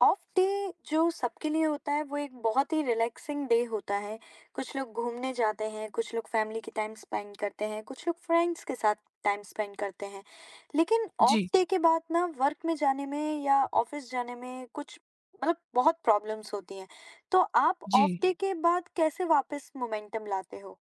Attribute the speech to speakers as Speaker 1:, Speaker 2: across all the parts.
Speaker 1: Of day जो सबके लिए होता है वो एक बहुत ही रिलैक्सिंग डे होता है। कुछ लोग घूमने जाते हैं, कुछ लोग फैमिली के टाइम स्पेंड करते हैं, कुछ लोग फ्रेंड्स के साथ टाइम स्पेंड करते हैं। लेकिन ऑफ
Speaker 2: जी,
Speaker 1: डे के बाद ना वर्क में जाने में या ऑफिस जाने में कुछ मतलब बहुत प्रॉब्लम्स होती हैं। तो आप
Speaker 2: जी।
Speaker 1: ऑफ डे के बाद कैसे वापस मोमेंटम लाते हो?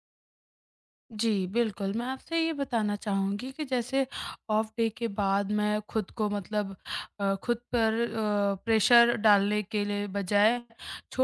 Speaker 2: जी, बिल्कुल, मैं आपसे ये बताना चाहूँगी कि जैसे ऑफ डे के बाद मैं खुद को खुद पर प्रेशर डालने के लिए बजाय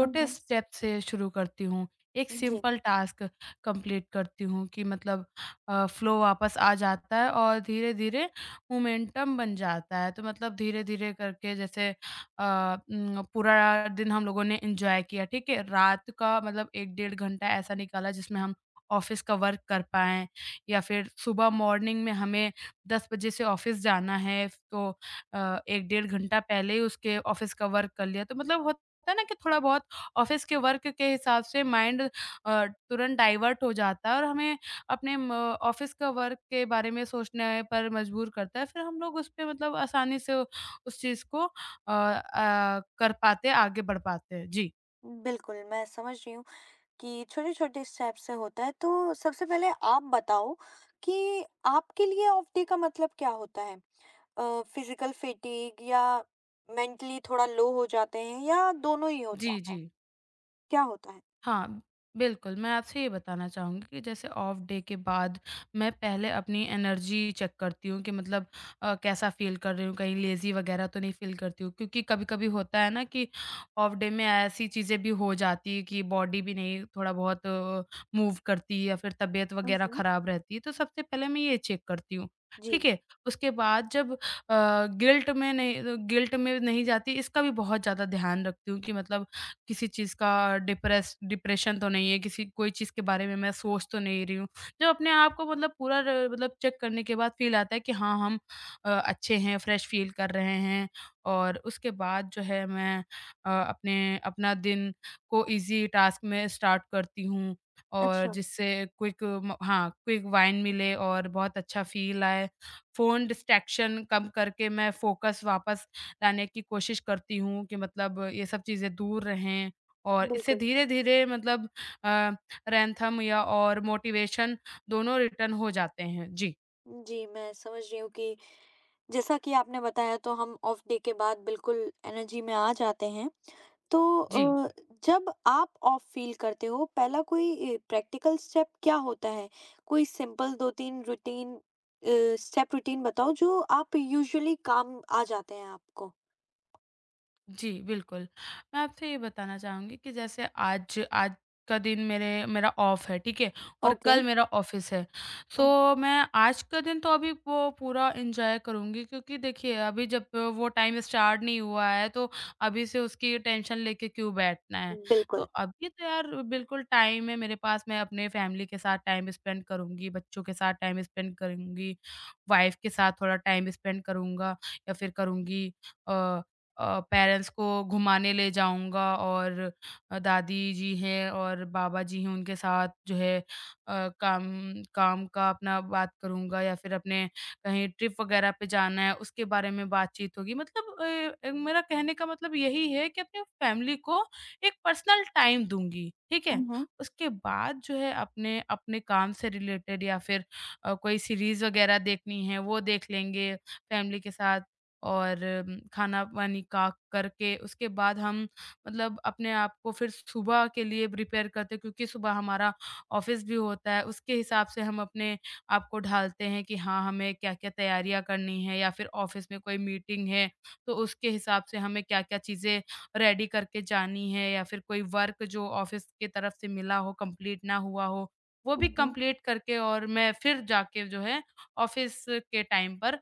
Speaker 1: हुँ, हुँ।
Speaker 2: स्टेप से शुरू करती हूँ। एक
Speaker 1: जी।
Speaker 2: सिंपल टास्क कंप्लीट करती हूँ कि फ्लो वापस आ जाता है और धीरे-धीरे मोमेंटम बन जाता है। तो मतलब धीरे-धीरे करके जैसे पूरा दिन हम लोगों ने एन्जॉय किया, ठीक है? रात का मतलब 1 डेढ़ घंटा ऐसा निकाला जिसमें हम ऑफ़िस का वर्क कर पाएँ या फिर सुबह मॉर्निंग में हमें 10 बजे से ऑफ़िस जाना है तो अ, 1 डेढ़ घंटा पहले ही उसके ऑफ़िस का वर्क कर लिया। तो मतलब होता है ना कि थोड़ा बहुत ऑफ़िस के वर्क के हिसाब से माइंड तुरंत डाइवर्ट हो जाता है और हमें अपने म ऑफ़िस का वर्क के बारे में सोचने पर मजबूर करता है। फिर हम लोग उस पे मतलब आसानी से उस चीज़ को कर पाते हैं, आगे बढ़ पाते हैं। जी।
Speaker 1: बिल्कुल, मैं समझ रही हूँ कि छोटे-छोटे स्टेप से होता है। तो सबसे पहले आप बताओ कि आपके लिए ऑफ डे का मतलब क्या होता है? फिजिकल फैटीग या मेंटली थोड़ा लो हो जाते हैं या दोनों ही होता
Speaker 2: जी,
Speaker 1: है?
Speaker 2: जी।
Speaker 1: क्या होता है?
Speaker 2: हाँ, बिल्कुल, मैं आपसे ये बताना चाहूँगी कि जैसे ऑफ डे के बाद मैं पहले अपनी एनर्जी चेक करती हूँ कि कैसा फ़ील कर रही हूँ, कहीं लेज़ी वग़ैरह तो नहीं फ़ील करती हूँ। क्योंकि कभी-कभी होता है ना कि ऑफ डे में ऐसी चीज़ें भी हो जाती हैं कि बॉडी भी नहीं थोड़ा बहुत मूव करती है या फिर तबीयत वग़ैरह
Speaker 1: उहुँ।
Speaker 2: ख़राब रहती है, तो सबसे पहले मैं ये चेक करती हूँ,
Speaker 1: जी।
Speaker 2: ठीक है? उसके बाद जब गिल्ट में नहीं जाती, इसका भी बहुत ज़्यादा ध्यान रखती हूँ कि मतलब किसी चीज़ का डिप्रेस डिप्रेशन तो नहीं है, किसी कोई चीज़ के बारे में मैं सोच तो नहीं रही हूँ। जब अपने आप को मतलब पूरा र मतलब चेक करने के बाद फ़ील आता है कि हाँ, हम अच्छे हैं, फ्रेश फ़ील कर रहे हैं और उसके बाद जो है मैं अ, अपने अपना दिन को ईज़ी टास्क में स्टार्ट करती हूँ और
Speaker 1: अच्छा,
Speaker 2: जिससे क्विक वाइन मिले और बहुत अच्छा फ़ील आए। फ़ोन डिस्ट्रैक्शन कम करके मैं फ़ोकस वापस लाने की कोशिश करती हूँ कि मतलब ये सब चीज़ें दूर रहें और इससे
Speaker 1: बिल्कुल।
Speaker 2: धीरे-धीरे अ, रैंथम या और मोटिवेशन दोनों रिटर्न हो जाते हैं। जी,
Speaker 1: जी, मैं समझ रही हूँ कि जैसा कि आपने बताया, तो हम ऑफ डे के बाद बिल्कुल एनर्जी में आ जाते हैं। तो
Speaker 2: जी।
Speaker 1: जब आप ऑफ फील करते हो, पहला कोई प्रैक्टिकल स्टेप क्या होता है? कोई सिंपल 2-3 रूटीन स्टेप रूटीन बताओ जो आप यूजुअली काम आ जाते हैं आपको?
Speaker 2: जी, बिल्कुल। मैं आपसे ये बताना चाहूँगी कि जैसे आज आज का दिन मेरे मेरा ऑफ है, ठीक है? और
Speaker 1: ओके।
Speaker 2: कल मेरा ऑफ़िस है।
Speaker 1: हुँ।
Speaker 2: सो मैं आज का दिन तो अभी वो पूरा एन्जॉय करूँगी क्योंकि देखिए अभी जब वो टाइम स्टार्ट नहीं हुआ है तो अभी से उसकी टेंशन लेके क्यों बैठना है। तो
Speaker 1: बिल्कुल।
Speaker 2: अभी तो यार बिल्कुल टाइम है मेरे पास, मैं अपने फैमिली के साथ टाइम स्पेंड करूँगी, बच्चों के साथ टाइम स्पेंड करूँगी, वाइफ़ के साथ थोड़ा टाइम स्पेंड करूँगा या फिर करूँगी अ पेरेंट्स को घुमाने ले जाऊँगा और दादी जी हैं और बाबा जी हैं, उनके साथ जो है अ, काम काम का अपना बात करूँगा या फिर अपने कहीं ट्रिप वग़ैरह पे जाना है, उसके बारे में बातचीत होगी। मतलब मेरा कहने का मतलब यही है कि अपने फैमिली को एक पर्सनल टाइम दूँगी, ठीक है?
Speaker 1: उहुँ,
Speaker 2: उसके बाद जो है अपने अपने काम से रिलेटेड या फिर कोई सीरीज़ वग़ैरह देखनी है, वो देख लेंगे फैमिली के साथ। और खाना-पानी का करके उसके बाद हम मतलब अपने आप को फिर सुबह के लिए प्रिपेयर करते हैं क्योंकि सुबह हमारा ऑफ़िस भी होता है, उसके हिसाब से हम अपने आप को ढालते हैं कि हाँ, हमें क्या-क्या तैयारियाँ करनी है या फिर ऑफ़िस में कोई मीटिंग है, तो उसके हिसाब से हमें क्या-क्या चीज़ें रेडी करके जानी है या फिर कोई वर्क जो ऑफ़िस की तरफ से मिला हो, कंप्लीट ना हुआ हो, वो भी
Speaker 1: उहुँ।
Speaker 2: कंप्लीट करके और मैं फिर जाके जो है ऑफ़िस के टाइम पर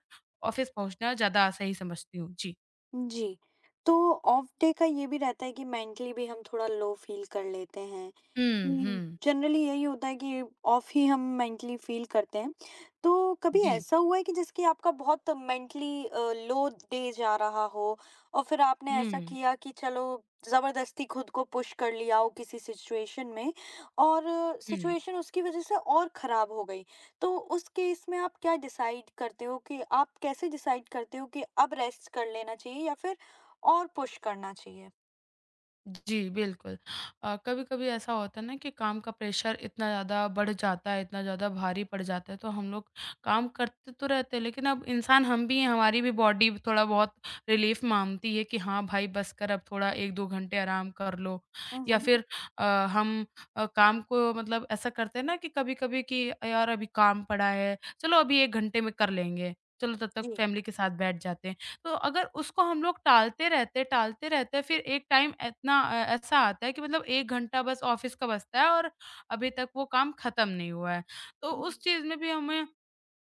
Speaker 2: ऑफ़िस पहुँचना ज़्यादा सही समझती हूँ। जी।
Speaker 1: जी, तो ऑफ डे का ये भी रहता है कि मेंटली भी हम थोड़ा लो फील कर लेते हैं।
Speaker 2: हुँ, हुँ।
Speaker 1: जनरली यही होता है कि ऑफ ही हम मेंटली फील करते हैं। तो कभी
Speaker 2: जी।
Speaker 1: ऐसा हुआ है कि जिसकी आपका बहुत मेंटली लो डे जा रहा हो और फिर आपने ऐसा
Speaker 2: हुँ,
Speaker 1: किया कि चलो, जबरदस्ती खुद को पुश कर लिया हो किसी सिचुएशन में, और
Speaker 2: हुँ।
Speaker 1: सिचुएशन उसकी वजह से और खराब हो गई? तो उस केस में आप क्या डिसाइड करते हो, कि आप कैसे डिसाइड करते हो कि अब रेस्ट कर लेना चाहिए या फिर और पुश करना चाहिए?
Speaker 2: जी, बिल्कुल। कभी-कभी ऐसा होता है ना कि काम का प्रेशर इतना ज़्यादा बढ़ जाता है, इतना ज़्यादा भारी पड़ जाता है, तो हम लोग काम करते तो रहते हैं, लेकिन अब इंसान हम भी हैं, हमारी भी बॉडी थोड़ा बहुत रिलीफ़ माँगती है कि हाँ भाई, बस कर अब थोड़ा 1-2 घंटे आराम कर लो। या
Speaker 1: हम्म।
Speaker 2: फिर अ, हम काम को मतलब ऐसा करते हैं ना कि कभी-कभी कि यार अभी काम पड़ा है, चलो अभी 1 घंटे में कर लेंगे, चलो तब तक
Speaker 1: जी।
Speaker 2: फैमिली के साथ बैठ जाते हैं। तो अगर उसको हम लोग टालते रहते फिर एक टाइम इतना ऐसा आता है कि मतलब 1 घंटा बस ऑफ़िस का बचता है और अभी तक वो काम ख़त्म नहीं हुआ है। तो उस चीज़ में भी हमें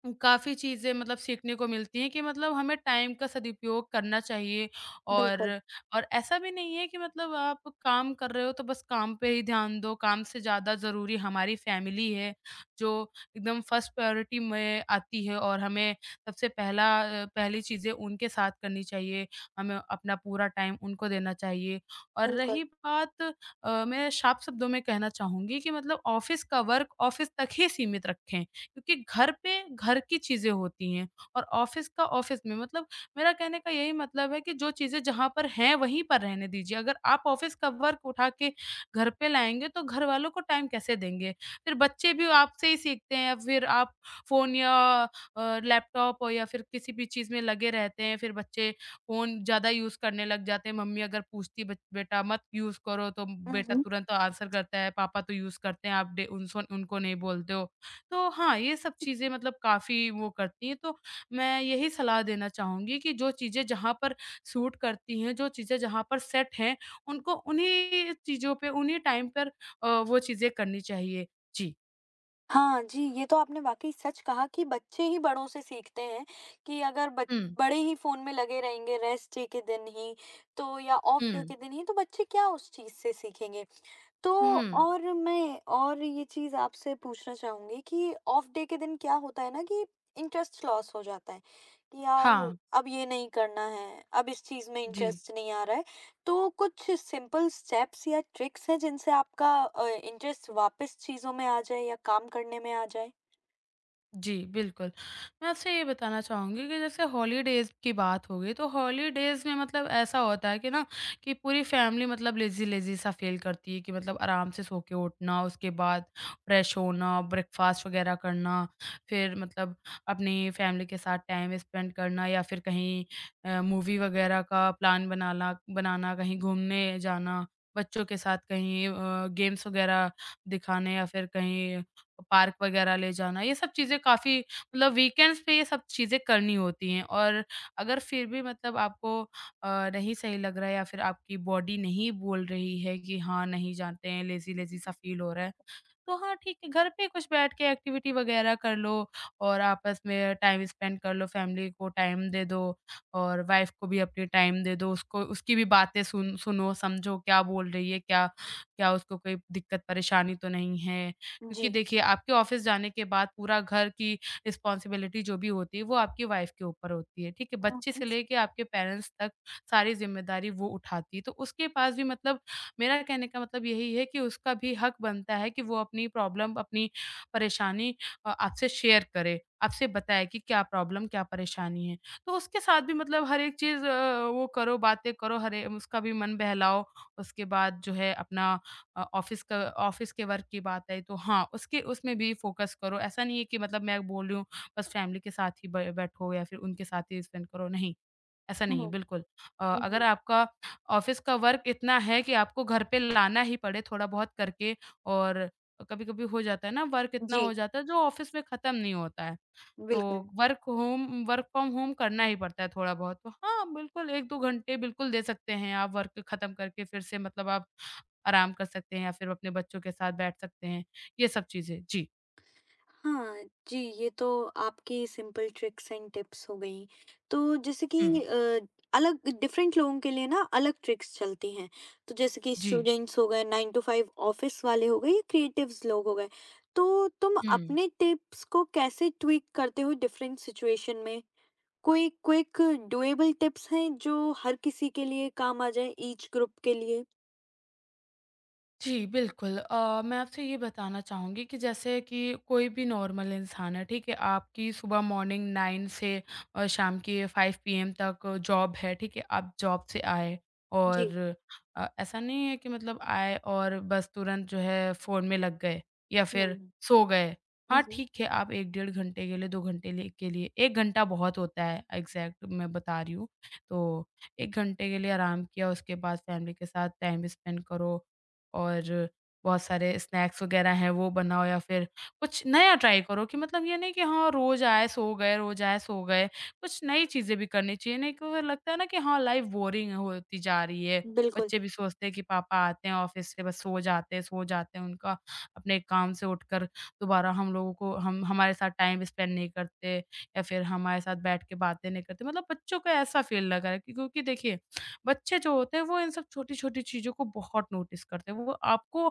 Speaker 2: उम, काफ़ी चीज़ें मतलब सीखने को मिलती हैं कि मतलब हमें टाइम का सदुपयोग करना चाहिए और
Speaker 1: बिल्कुल,
Speaker 2: और ऐसा भी नहीं है कि मतलब आप काम कर रहे हो तो बस काम पे ही ध्यान दो, काम से ज़्यादा ज़रूरी हमारी फैमिली है, जो एकदम फर्स्ट प्रायोरिटी में आती है और हमें पहली चीज़ें उनके साथ करनी चाहिए, हमें अपना पूरा टाइम उनको देना चाहिए। और
Speaker 1: बिल्कुल।
Speaker 2: रही बात मैं साफ शब्दों में कहना चाहूँगी कि मतलब ऑफ़िस का वर्क ऑफ़िस तक ही सीमित रखें। क्योंकि घर पे घर की चीज़ें होती हैं और ऑफ़िस का ऑफ़िस में मतलब मेरा कहने का यही मतलब है कि जो चीज़ें जहाँ पर हैं वहीं पर रहने दीजिए। अगर आप ऑफ़िस का वर्क उठा के घर पे लाएँगे तो घरवालों को टाइम कैसे देंगे? फिर बच्चे भी आपसे ही सीखते हैं फिर आप फ़ोन या लैपटॉप या फिर किसी भी चीज़ में लगे रहते हैं, फिर बच्चे फ़ोन ज़्यादा यूज़ करने लग जाते हैं। मम्मी अगर पूछती बच बेटा मत यूज़ करो तो बेटा
Speaker 1: हुँ।
Speaker 2: तुरंत आंसर करता है, पापा तो यूज़ करते हैं आप डे उनसो उनको नहीं बोलते हो। तो हाँ, ये सब चीज़ें मतलब काफ़ी वो करती हैं, तो मैं यही सलाह देना चाहूँगी कि जो चीज़ें जहाँ पर सूट करती हैं, जो चीज़ें जहाँ पर सेट हैं, उनको उन्हीं चीज़ों पे, उन्हीं टाइम पर वो चीज़ें करनी चाहिए। जी।
Speaker 1: हाँ जी, ये तो आपने वाक़ई सच कहा कि बच्चे ही बड़ों से सीखते हैं। कि अगर ब
Speaker 2: हुँ।
Speaker 1: बड़े ही फ़ोन में लगे रहेंगे रेस्ट डे के दिन ही, तो या ऑफ डे
Speaker 2: हुँ।
Speaker 1: के दिन ही, तो बच्चे क्या उस चीज़ से सीखेंगे? तो
Speaker 2: हुँ।
Speaker 1: और मैं और ये चीज़ आपसे पूछना चाहूँगी कि ऑफ डे के दिन क्या होता है ना, कि इंटरेस्ट लॉस हो जाता है कि यार हाँ,
Speaker 2: हाँ।
Speaker 1: अब ये नहीं करना है, अब इस चीज़ में
Speaker 2: जी।
Speaker 1: इंटरेस्ट नहीं आ रहा है। तो कुछ सिंपल स्टेप्स या ट्रिक्स हैं जिनसे आपका इंटरेस्ट वापस चीज़ों में आ जाए या काम करने में आ जाए?
Speaker 2: जी, बिल्कुल। मैं आपसे ये बताना चाहूँगी कि जैसे हॉलीडेज़ की बात हो गई, तो हॉलीडेज़ में मतलब ऐसा होता है कि ना कि पूरी फैमिली मतलब लेज़ी-लेज़ी सा फ़ील करती है कि मतलब आराम से सो के उठना, उसके बाद फ्रेश होना, ब्रेकफ़ास्ट वग़ैरह करना, फिर मतलब अपनी फैमिली के साथ टाइम स्पेंड करना या फिर कहीं मूवी वग़ैरह का प्लान बनाना बनाना, कहीं घूमने जाना, बच्चों के साथ कहीं गेम्स वग़ैरह दिखाने या फिर कहीं पार्क वगैरह ले जाना, ये सब चीज़ें काफ़ी मतलब वीकेंड्स पे ये सब चीज़ें करनी होती हैं और अगर फिर भी मतलब आपको अ, नहीं सही लग रहा है या फिर आपकी बॉडी नहीं बोल रही है कि हाँ, नहीं जाते हैं, लेज़ी-लेज़ी सा फील हो रहा है तो हाँ, ठीक है, घर पे कुछ बैठ के एक्टिविटी वगैरह कर लो और आपस में टाइम स्पेंड कर लो, फैमिली को टाइम दे दो और वाइफ़ को भी अपनी टाइम दे दो, उसको उसकी भी बातें सुनो, समझो क्या बोल रही है, क्या क्या उसको कोई दिक्कत परेशानी तो नहीं है। क्योंकि
Speaker 1: जी।
Speaker 2: देखिए, आपके ऑफ़िस जाने के बाद पूरा घर की रिस्पॉन्सिबिलिटी जो भी होती है, वो आपकी वाइफ़ के ऊपर होती है, ठीक है? बच्चे
Speaker 1: हुँ,
Speaker 2: से लेके आपके पेरेंट्स तक सारी ज़िम्मेदारी वो उठाती है, तो उसके पास भी मतलब मेरा कहने का मतलब यही है कि उसका भी हक बनता है कि वो अपनी प्रॉब्लम, अपनी परेशानी आपसे शेयर करे, आपसे बताए कि क्या प्रॉब्लम, क्या परेशानी है। तो उसके साथ भी मतलब हर एक चीज़ वो करो, बातें करो, हर ए उसका भी मन बहलाओ। उसके बाद जो है अपना ऑफ़िस के वर्क की बात आई तो हाँ, उसके उसमें भी फ़ोकस करो। ऐसा नहीं है कि मतलब मैं बोल रही हूँ, बस फैमिली के साथ ही ब बैठो या फिर उनके साथ ही स्पेंड करो, नहीं। ऐसा
Speaker 1: हुँ,
Speaker 2: नहीं, बिल्कुल। अगर
Speaker 1: हुँ,
Speaker 2: आपका ऑफ़िस का वर्क इतना है कि आपको घर पे लाना ही पड़े थोड़ा बहुत करके और कभी-कभी हो जाता है ना वर्क इतना हो
Speaker 1: जी,
Speaker 2: जाता है जो ऑफ़िस में ख़त्म नहीं होता है। तो
Speaker 1: बिल्कुल।
Speaker 2: वर्क फ्रॉम होम करना ही पड़ता है थोड़ा बहुत। तो हाँ, बिल्कुल 1-2 घंटे बिल्कुल दे सकते हैं आप वर्क ख़त्म करके फिर से मतलब आप आराम कर सकते हैं या फिर अपने बच्चों के साथ बैठ सकते हैं। ये सब चीज़ें। जी।
Speaker 1: हाँ जी, ये तो आपकी सिंपल ट्रिक्स एंड टिप्स हो गई। तो जैसे
Speaker 2: हुँ।
Speaker 1: कि अलग डिफरेंट लोगों के लिए ना अलग ट्रिक्स चलती हैं। तो जैसे कि
Speaker 2: जी।
Speaker 1: स्टूडेंट्स हो गए, 9 टू 5 ऑफिस वाले हो गए, या क्रिएटिव्स लोग हो गए। तो तुम
Speaker 2: हुँ।
Speaker 1: अपने टिप्स को कैसे ट्विक करते हो डिफरेंट सिचुएशन में? कोई क्विक डुएबल टिप्स हैं जो हर किसी के लिए काम आ जाए, ईच ग्रुप के लिए?
Speaker 2: जी, बिल्कुल। मैं आपसे ये बताना चाहूँगी कि जैसे कि कोई भी नॉर्मल इंसान है, ठीक है? आपकी सुबह मॉर्निंग 9 से शाम के 5 पी एम पीएम तक जॉब है, ठीक है? आप जॉब से आए
Speaker 1: जी।
Speaker 2: और ऐसा नहीं है कि मतलब आए और बस तुरंत जो है फ़ोन में लग गए या फिर
Speaker 1: हुँ,
Speaker 2: सो गए। हाँ,
Speaker 1: हुँ,
Speaker 2: ठीक है, आप 1 डेढ़ घंटे के लिए, 2 घंटे लिए के लिए 1 घंटा बहुत होता है, एग्ज़ैक्ट मैं बता रही हूँ। तो 1 घंटे के लिए आराम किया, उसके बाद फ़ैमिली के साथ टाइम स्पेंड करो और बहुत सारे स्नैक्स वगैरह हैं, वो बनाओ या फिर कुछ नया ट्राई करो। कि मतलब ये नहीं कि हाँ, रोज़ आए सो गए, रोज़ आए सो गए। कुछ नई चीज़ें भी करनी चाहिए, नहीं तो फिर लगता है ना कि हाँ, लाइफ़ बोरिंग होती जा रही है।
Speaker 1: बिल्कुल।
Speaker 2: बच्चे भी सोचते हैं कि पापा आते हैं ऑफ़िस से, बस सो जाते हैं, सो जाते हैं। उनका अपने काम से उठकर दोबारा हम लोगों को हम हमारे साथ टाइम स्पेंड नहीं करते या फिर हमारे साथ बैठ के बातें नहीं करते। मतलब बच्चों को ऐसा फ़ील लग रहा है, कि क्योंकि देखिए, बच्चे जो होते हैं, वो इन सब छोटी-छोटी चीज़ों को बहुत नोटिस करते हैं। वो आपको,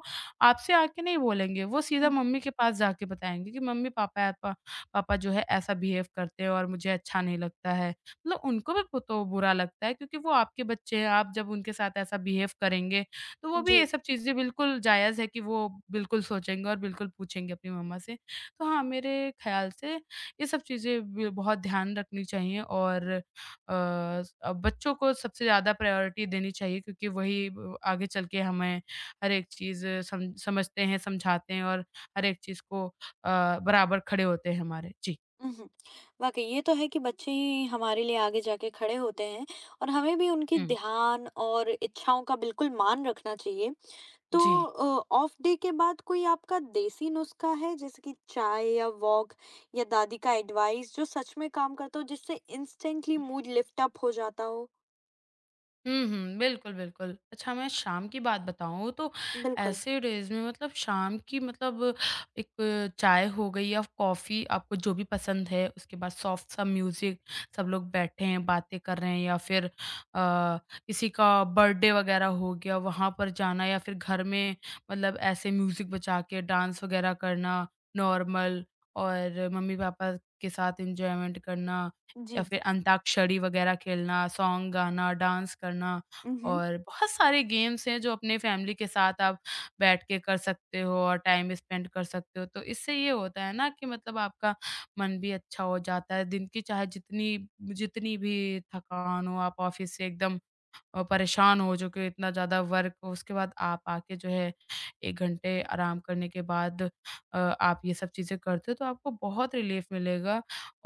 Speaker 2: आपसे आके नहीं बोलेंगे, वो सीधा
Speaker 1: हुँ,
Speaker 2: मम्मी के पास जाके बताएँगे कि मम्मी, पापा पा पापा जो है, ऐसा बिहेव करते हैं और मुझे अच्छा नहीं लगता है। मतलब उनको भी पु तो बुरा लगता है, क्योंकि वो आपके बच्चे हैं। आप जब उनके साथ ऐसा बिहेव करेंगे, तो वो भी ये
Speaker 1: जी।
Speaker 2: सब चीज़ें, बिल्कुल जायज़ है कि वो बिल्कुल सोचेंगे और बिल्कुल पूछेंगे अपनी मम्मा से। तो हाँ, मेरे ख़्याल से ये सब चीज़ें ब बहुत ध्यान रखनी चाहिए और अ, बच्चों को सबसे ज़्यादा प्रायोरिटी देनी चाहिए, क्योंकि वही ब आगे चल के हमें हर एक चीज़ सम समझते हैं, समझाते हैं और हर एक चीज़ को बराबर खड़े होते हैं हमारे। जी।
Speaker 1: उहुँ, वाक़ई ये तो है कि बच्चे ही हमारे लिए आगे जाके खड़े होते हैं, और हमें भी उनकी
Speaker 2: हुँ।
Speaker 1: ध्यान और इच्छाओं का बिल्कुल मान रखना चाहिए। तो
Speaker 2: जी।
Speaker 1: जी। ऑफ डे के बाद कोई आपका देसी नुस्ख़ा है, जैसे कि चाय या वॉक या दादी का एडवाइस, जो सच में काम करता हो, जिससे इंस्टेंटली मूड लिफ्ट अप हो जाता हो?
Speaker 2: हुँ, हुँ। बिल्कुल, बिल्कुल। अच्छा, मैं शाम की बात बताऊँ तो
Speaker 1: बिल्कुल।
Speaker 2: ऐसे डेज़ में, मतलब शाम की, मतलब एक चाय हो गई या कॉफ़ी, आपको जो भी पसंद है, उसके बाद सॉफ्ट सा म्यूज़िक, सब लोग बैठे हैं, बातें कर रहे हैं, या फिर किसी का बर्थडे वग़ैरह हो गया, वहाँ पर जाना, या फिर घर में मतलब ऐसे म्यूज़िक बजा के डांस वग़ैरह करना, नॉर्मल, और मम्मी-पापा के साथ एन्जॉयमेंट करना। या
Speaker 1: जी।
Speaker 2: फिर अंताक्षरी वगैरह खेलना, सॉन्ग गाना, डांस करना,
Speaker 1: उहुँ।
Speaker 2: और बहुत सारे गेम्स हैं जो अपने फैमिली के साथ आप बैठ के कर सकते हो और टाइम स्पेंड कर सकते हो। तो इससे ये होता है ना कि मतलब आपका मन भी अच्छा हो जाता है। दिन की चाहे जितनी जितनी भी थकान हो, आप ऑफ़िस से एकदम और परेशान हो चुके हो, इतना ज़्यादा वर्क, उसके बाद आप आके जो है 1 घंटे आराम करने के बाद आप ये सब चीज़ें करते हो, तो आपको बहुत रिलीफ मिलेगा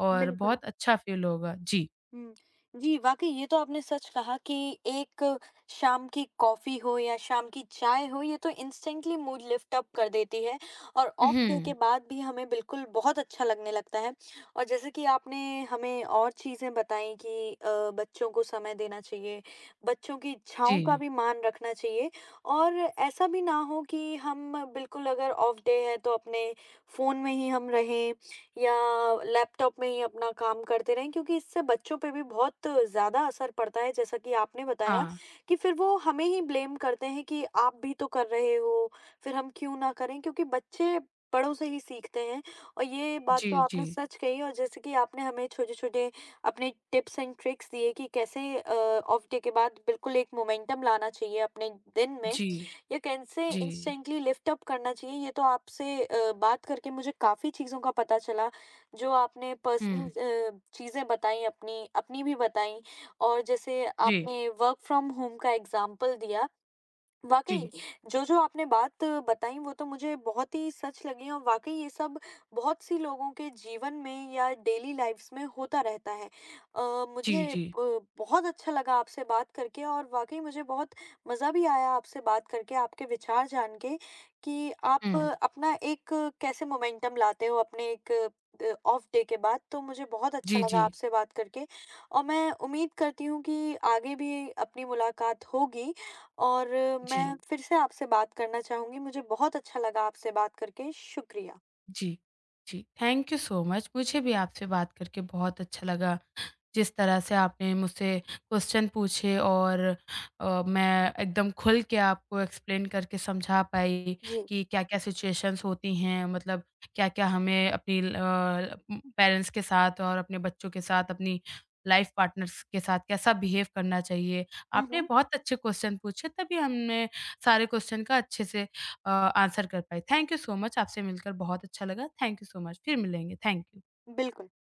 Speaker 2: और
Speaker 1: बिल्कुल।
Speaker 2: बहुत अच्छा फ़ील होगा। जी।
Speaker 1: हुँ। जी, वाक़ई ये तो आपने सच कहा कि एक शाम की कॉफ़ी हो या शाम की चाय हो, ये तो इंस्टेंटली मूड लिफ्ट अप कर देती है, और ऑफ डे
Speaker 2: उहुँ,
Speaker 1: के बाद भी हमें बिल्कुल बहुत अच्छा लगने लगता है। और जैसे कि आपने हमें और चीज़ें बताई कि बच्चों को समय देना चाहिए, बच्चों की
Speaker 2: जी।
Speaker 1: इच्छाओं का भी मान रखना चाहिए, और ऐसा भी ना हो कि हम बिल्कुल, अगर ऑफ डे है तो अपने फ़ोन में ही हम रहें या लैपटॉप में ही अपना काम करते रहें, क्योंकि इससे बच्चों पे भी बहुत ज़्यादा असर पड़ता है, जैसा कि आपने बताया।
Speaker 2: हाँ।
Speaker 1: कि फिर वो हमें ही ब्लेम करते हैं कि आप भी तो कर रहे हो, फिर हम क्यों ना करें, क्योंकि बच्चे बड़ों से ही सीखते हैं। और ये बात
Speaker 2: जी,
Speaker 1: तो
Speaker 2: जी।
Speaker 1: आपने सच कही। और जैसे कि आपने हमें छोटे छोटे अपने टिप्स एंड ट्रिक्स दिए कि कैसे ऑफ डे के बाद बिल्कुल एक मोमेंटम लाना चाहिए अपने दिन में,
Speaker 2: जी,
Speaker 1: या can say
Speaker 2: ji.
Speaker 1: Instantly lift up करना चाहिए। ये तो आपसे बात करके मुझे काफ़ी चीज़ों का पता चला, जो आपने पर्सनल
Speaker 2: हुँ।
Speaker 1: चीज़ें बताई, अपनी अपनी भी बताई, और जैसे
Speaker 2: जी,
Speaker 1: आपने वर्क फ्रॉम होम का एग्ज़ाम्पल दिया,
Speaker 2: जी।
Speaker 1: वाक़ई, जो-जो आपने बात बताई वो तो मुझे बहुत ही सच लगी, और वाक़ई ये सब बहुत सी लोगों के जीवन में या डेली लाइफ़्स में होता रहता है। जी। मुझे
Speaker 2: जी,
Speaker 1: जी
Speaker 2: जी।
Speaker 1: ब बहुत अच्छा लगा आपसे बात करके, और वाक़ई मुझे बहुत मज़ा भी आया आपसे बात करके, आपके विचार जान के कि
Speaker 2: हुँ।
Speaker 1: आप, जी, अपना एक कैसे मोमेंटम लाते हो अपने एक ऑफ डे के बाद। तो मुझे बहुत अच्छा
Speaker 2: जी,
Speaker 1: लगा
Speaker 2: जी।
Speaker 1: जी आपसे बात करके, और मैं उम्मीद करती हूँ कि आगे भी अपनी मुलाकात होगी। और मैं,
Speaker 2: जी,
Speaker 1: जी, फिर से आपसे बात करना चाहूँगी। मुझे बहुत अच्छा लगा आपसे बात करके, शुक्रिया।
Speaker 2: जी, जी। Thank you so much. मुझे भी आपसे बात करके बहुत अच्छा लगा। जिस तरह से आपने मुझसे क्वेश्चन पूछे और मैं एकदम खुल के आपको एक्सप्लेन करके समझा पाई
Speaker 1: जी।
Speaker 2: कि क्या-क्या सिचुएशंस होती हैं, मतलब क्या-क्या हमें अपनी पेरेंट्स के साथ और अपने बच्चों के साथ, अपनी लाइफ पार्टनर्स के साथ कैसा बिहेव करना चाहिए।
Speaker 1: हुँ,
Speaker 2: आपने
Speaker 1: हुँ।
Speaker 2: बहुत अच्छे क्वेश्चन पूछे, तभी हमने सारे क्वेश्चन का अच्छे से आंसर कर पाए। थैंक यू सो मच, आपसे मिलकर बहुत अच्छा लगा। Thank you so much. फिर मिलेंगे। Thank you.
Speaker 1: बिल्कुल।